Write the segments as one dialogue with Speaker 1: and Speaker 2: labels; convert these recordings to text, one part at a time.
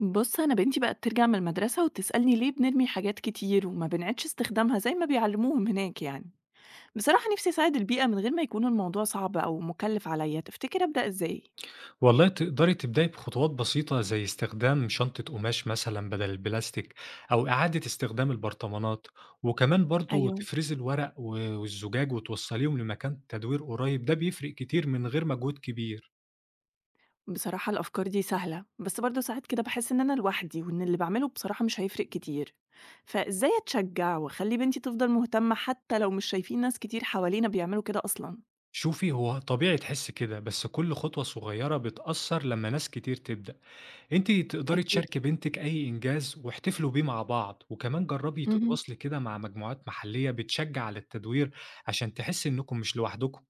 Speaker 1: بص، أنا بنتي بقت ترجع من المدرسة وتسألني ليه بنرمي حاجات كتير وما بنعيدش استخدامها زي ما بيعلموهم هناك يعني. بصراحة نفسي أساعد البيئة من غير ما يكون الموضوع صعب أو مكلف عليا. تفتكر أبدأ إزاي؟
Speaker 2: والله تقدري تبدأي بخطوات بسيطة زي استخدام شنطة قماش مثلا بدل البلاستيك. أو إعادة استخدام البرطمانات. وكمان برضو
Speaker 1: أيوة.
Speaker 2: تفرزي الورق والزجاج وتوصليهم لمكان تدوير قريب، ده بيفرق كتير من غير مجهود كبير.
Speaker 1: بصراحة الأفكار دي سهلة، بس برضه ساعات كده بحس إن أنا لوحدي وإن اللي بعمله بصراحة مش هيفرق كتير. فإزاي أتشجع وأخلي بنتي تفضل مهتمة حتى لو مش شايفين ناس كتير حوالينا بيعملوا كده أصلا؟
Speaker 2: شوفي هو طبيعي تحس كده، بس كل خطوة صغيرة بتأثر لما ناس كتير تبدأ. انت تقدري
Speaker 1: أكيد
Speaker 2: تشاركي بنتك أي إنجاز واحتفلوا بيه مع بعض، وكمان جربي
Speaker 1: مهم.
Speaker 2: تتواصلي كده مع مجموعات محلية بتشجع على التدوير، عشان تحسي إنكم مش لوحدكم.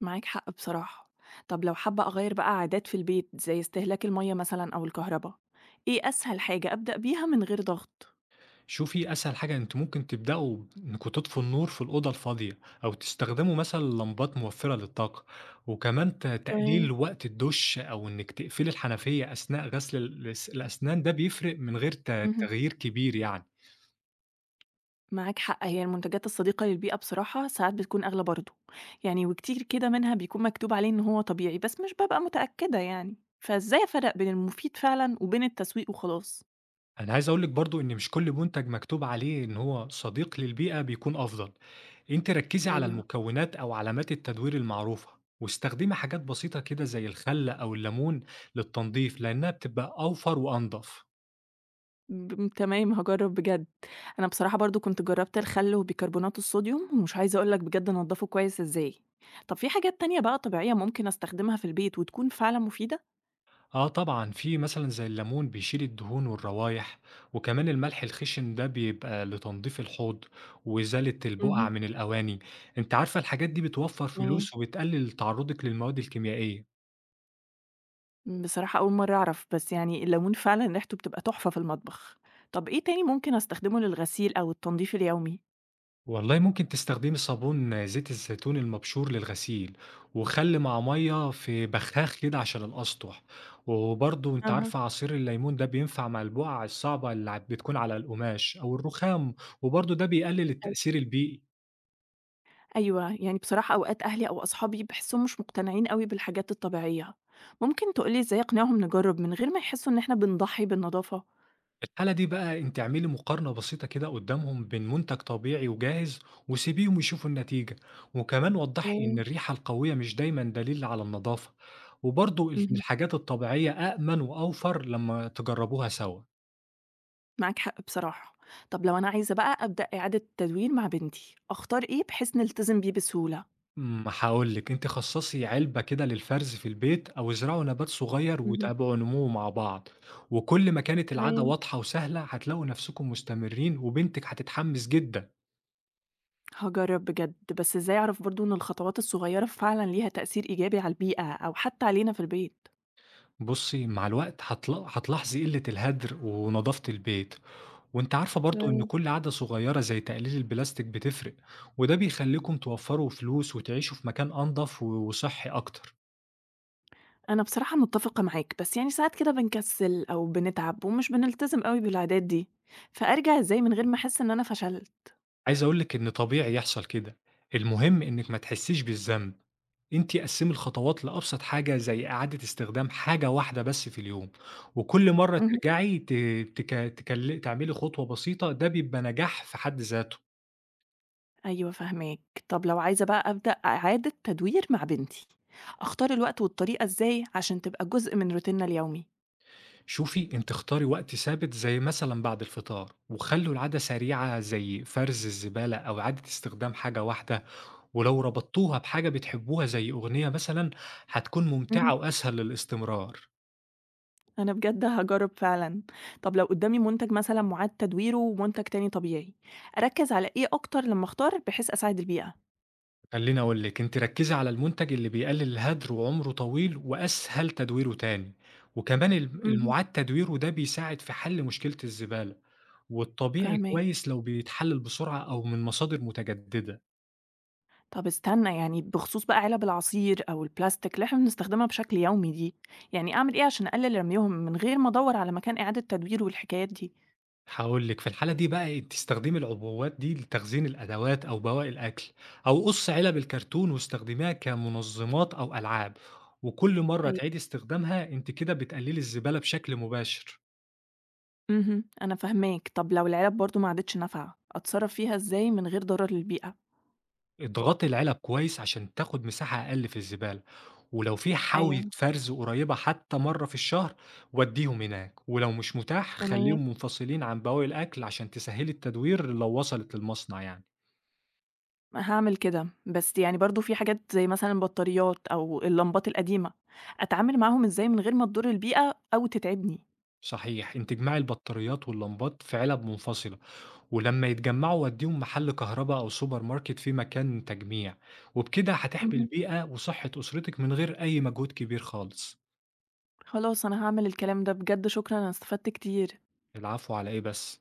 Speaker 1: معاك حق بصراحة. طب لو حابة أغير بقى عادات في البيت زي استهلاك المية مثلا أو الكهرباء، إيه أسهل حاجة أبدأ بيها من غير ضغط؟
Speaker 2: شوفي أسهل حاجة أنتوا ممكن تبدأوا إنكوا تطفوا النور في الأوضة الفاضية، أو تستخدموا مثلا لمبات موفرة للطاقة. وكمان تقليل
Speaker 1: تمام
Speaker 2: وقت الدش، أو إنك تقفلي الحنفية أثناء غسل الأسنان، ده بيفرق من غير
Speaker 1: مهم.
Speaker 2: تغيير كبير يعني.
Speaker 1: معاك حق. هي المنتجات الصديقة للبيئة بصراحة ساعات بتكون أغلى برضه يعني، وكتير كده منها بيكون مكتوب عليه إن هو طبيعي بس مش ببقى متأكدة يعني. فإزاي أفرق بين المفيد فعلا وبين التسويق وخلاص؟
Speaker 2: أنا عايز أقولك برضو إن مش كل منتج مكتوب عليه إن هو صديق للبيئة بيكون أفضل. أنت ركزي على
Speaker 1: أيوه.
Speaker 2: المكونات أو علامات التدوير المعروفة، واستخدمي حاجات بسيطة كده زي الخل أو الليمون للتنظيف، لأنها بتبقى أوفر وأنضف.
Speaker 1: تمام، هاجرّب بجد. أنا بصراحة برضه كنت جرّبت الخل وبيكربونات الصوديوم، ومش عايزة أقول لك بجد انضّفه كويس إزاي. طب في حاجات تانية بقى طبيعية ممكن أستخدمها في البيت وتكون فعلًا مفيدة؟
Speaker 2: آه طبعًا، في مثلًا زي الليمون بيشيل الدهون والروايح، وكمان الملح الخشن ده بيبقى لتنضيف الحوض وإزالة البقع
Speaker 1: اهم.
Speaker 2: من الأواني، أنتِ عارفة الحاجات دي بتوفّر
Speaker 1: تمام.
Speaker 2: فلوس وبتقلل تعرضِك للمواد الكيميائية.
Speaker 1: بصراحة أول مرّة أعرف، بس يعني الليمون فعلًا ريحته بتبقى تحفة في المطبخ. طب إيه تاني ممكن أستخدمه للغسيل أو التنضيف اليومي؟
Speaker 2: والله ممكن تستخدمي صابون زيت الزيتون المبشور للغسيل، وخل مع مَيّة في بخاخ كده عشان الأسطح، وبرضه أنتِ
Speaker 1: أها.
Speaker 2: عارفة عصير الليمون ده بينفع مع البقع الصعبة اللي بتكون على القماش أو الرخام، وبرضه ده بيقلل
Speaker 1: أي
Speaker 2: التأثير البيئي.
Speaker 1: أيوه. يعني بصراحة أوقات أهلي أو أصحابي باحسّهم مش مقتنعين أوي بالحاجات الطبيعية. ممكن تقول لي إزاي أقنعهم نجرّب من غير ما يحسّوا إن إحنا بنضحّي بالنضافة؟
Speaker 2: في الحالة دي بقى انت اعملي مقارنة بسيطة كده قدامهم بين منتج طبيعي وجاهز، وسيبيهم يشوفوا النتيجة. وكمان وضحي ان
Speaker 1: تمام،
Speaker 2: الريحة القوية مش دايما دليل على النظافة، وبرضو ان
Speaker 1: اهم،
Speaker 2: الحاجات الطبيعية أأمن وأوفر لما تجربوها سوا.
Speaker 1: معاك حق بصراحة. طب لو أنا عايزة بقى أبدأ إعادة تدوير مع بنتي، أختار إيه بحيث نلتزم بيه بسهولة؟
Speaker 2: ما هقولك انت خصصي علبة كده للفرز في البيت، او ازرعوا نبات صغير
Speaker 1: اهم.
Speaker 2: وتابعوا نموه مع بعض. وكل ما كانت العادة
Speaker 1: تمام،
Speaker 2: واضحة وسهلة هتلاقوا نفسكم مستمرين وبنتك هتتحمس جدا.
Speaker 1: هاجرب بجد، بس إزاي أعرف برضه إن الخطوات الصغيرة فعلًا ليها تأثير إيجابي على البيئة أو حتى علينا في البيت؟
Speaker 2: بُصّي، مع الوقت هتلاحظي قِلّة الهدر ونضافة البيت، وأنتِ عارفة برضه إن
Speaker 1: تمام.
Speaker 2: كل عادة صغيّرة زي تقليل البلاستيك بتفرق، وده بيخلّيكم توفّروا فلوس وتعيشوا في مكان أنضف وصحّي أكتر.
Speaker 1: أنا بصراحة متفقة معاك، بس يعني ساعات كده بنكسل أو بنتعب ومش بنلتزم أوي بالعادات دي، فأرجع إزاي من غير ما أحس إن أنا فشلت؟
Speaker 2: عايز أقول لِك إن طبيعي يحصل كده، المهم إنِّك ما تحسّيش بالذنب، أنتِ قسّمي الخطوات لأبسط حاجة زي إعادة استخدام حاجة واحدة بس في اليوم، وكل مرّة ترجعي ت تك تكل تعملي خطوة بسيطة، ده بيبقى نجاح في حد ذاته.
Speaker 1: أيوه فاهماك. طب لو عايزة بقى أبدأ إعادة تدوير مع بنتي، أختار الوقت والطريقة إزاي عشان تبقى جزء من روتيننا اليومي؟
Speaker 2: شوفي انت اختاري وقت ثابت زي مثلا بعد الفطار، وخلوا العادة سريعة زي فرز الزبالة أو عادة استخدام حاجة واحدة. ولو ربطتوها بحاجة بتحبوها زي أغنية مثلا، هتكون ممتعة
Speaker 1: مهم.
Speaker 2: وأسهل للاستمرار.
Speaker 1: أنا بجد هاجرب فعلًا. طب لو قدامي منتج مثلًا مُعاد تدويره ومنتج تاني طبيعي، أركّز على إيه أكتر لمّا أختار بحيث أساعد البيئة؟
Speaker 2: خليني أقولك انت ركزي على المنتج اللي بيقلل الهدر وعمره طويل وأسهل تدويره تاني، وكمان
Speaker 1: مهم.
Speaker 2: المعاد تدويره ده بيساعد في حل مشكلة الزبالة. والطبيعي
Speaker 1: فاهماك.
Speaker 2: كويس لو بيتحلل بسرعة أو من مصادر متجددة.
Speaker 1: طب استنى يعني، بخصوص بقى علب العصير أو البلاستيك اللي إحنا بنستخدمها بشكل يومي دي، يعني أعمل إيه عشان أقلل رميهم من غير ما أدوّر على مكان إعادة تدوير والحكايات دي؟
Speaker 2: هاقول لِك، في الحالة دي بقى إيه، تستخدمي العبوات دي لتخزين الأدوات أو بواقي الأكل، أو قُصّي علب الكرتون واستخدميها كمنظمات أو ألعاب، وكل مرّة تعيدي استخدامها أنتِ كده بتقللي الزبالة بشكل مباشر.
Speaker 1: اهم، أنا فاهماك. طب لو العلب برضه ما عادتش نافعة، أتصرّف فيها إزاي من غير ضرر للبيئة؟
Speaker 2: اضغطي العلب كويس عشان تاخد مساحة أقل في الزبالة، ولو في حاوية
Speaker 1: أيوه،
Speaker 2: فرز قريبة حتى مرّة في الشهر ودّيهم هناك، ولو مش متاح
Speaker 1: تمام،
Speaker 2: خلّيهم منفصلين عن بواقي الأكل عشان تسهّلي التدوير لو وصلت للمصنع يعني.
Speaker 1: هاعمل كده، بس يعني برضه في حاجات زي مثلًا البطاريات أو اللمبات القديمة، أتعامل معاهم إزاي من غير ما تضر البيئة أو تتعبني؟
Speaker 2: صحيح، أنتِ اجمعي البطاريات واللمبات في علب منفصلة، ولمّا يتجمعوا ودّيهم محل كهربا أو سوبر ماركت فيه مكان تجميع، وبكده هتحمي
Speaker 1: اهم،
Speaker 2: البيئة وصحة أسرتك من غير أي مجهود كبير خالص.
Speaker 1: خلاص أنا هاعمل الكلام ده، بجد شكرًا أنا استفدت كتير.
Speaker 2: العفو على إيه بس.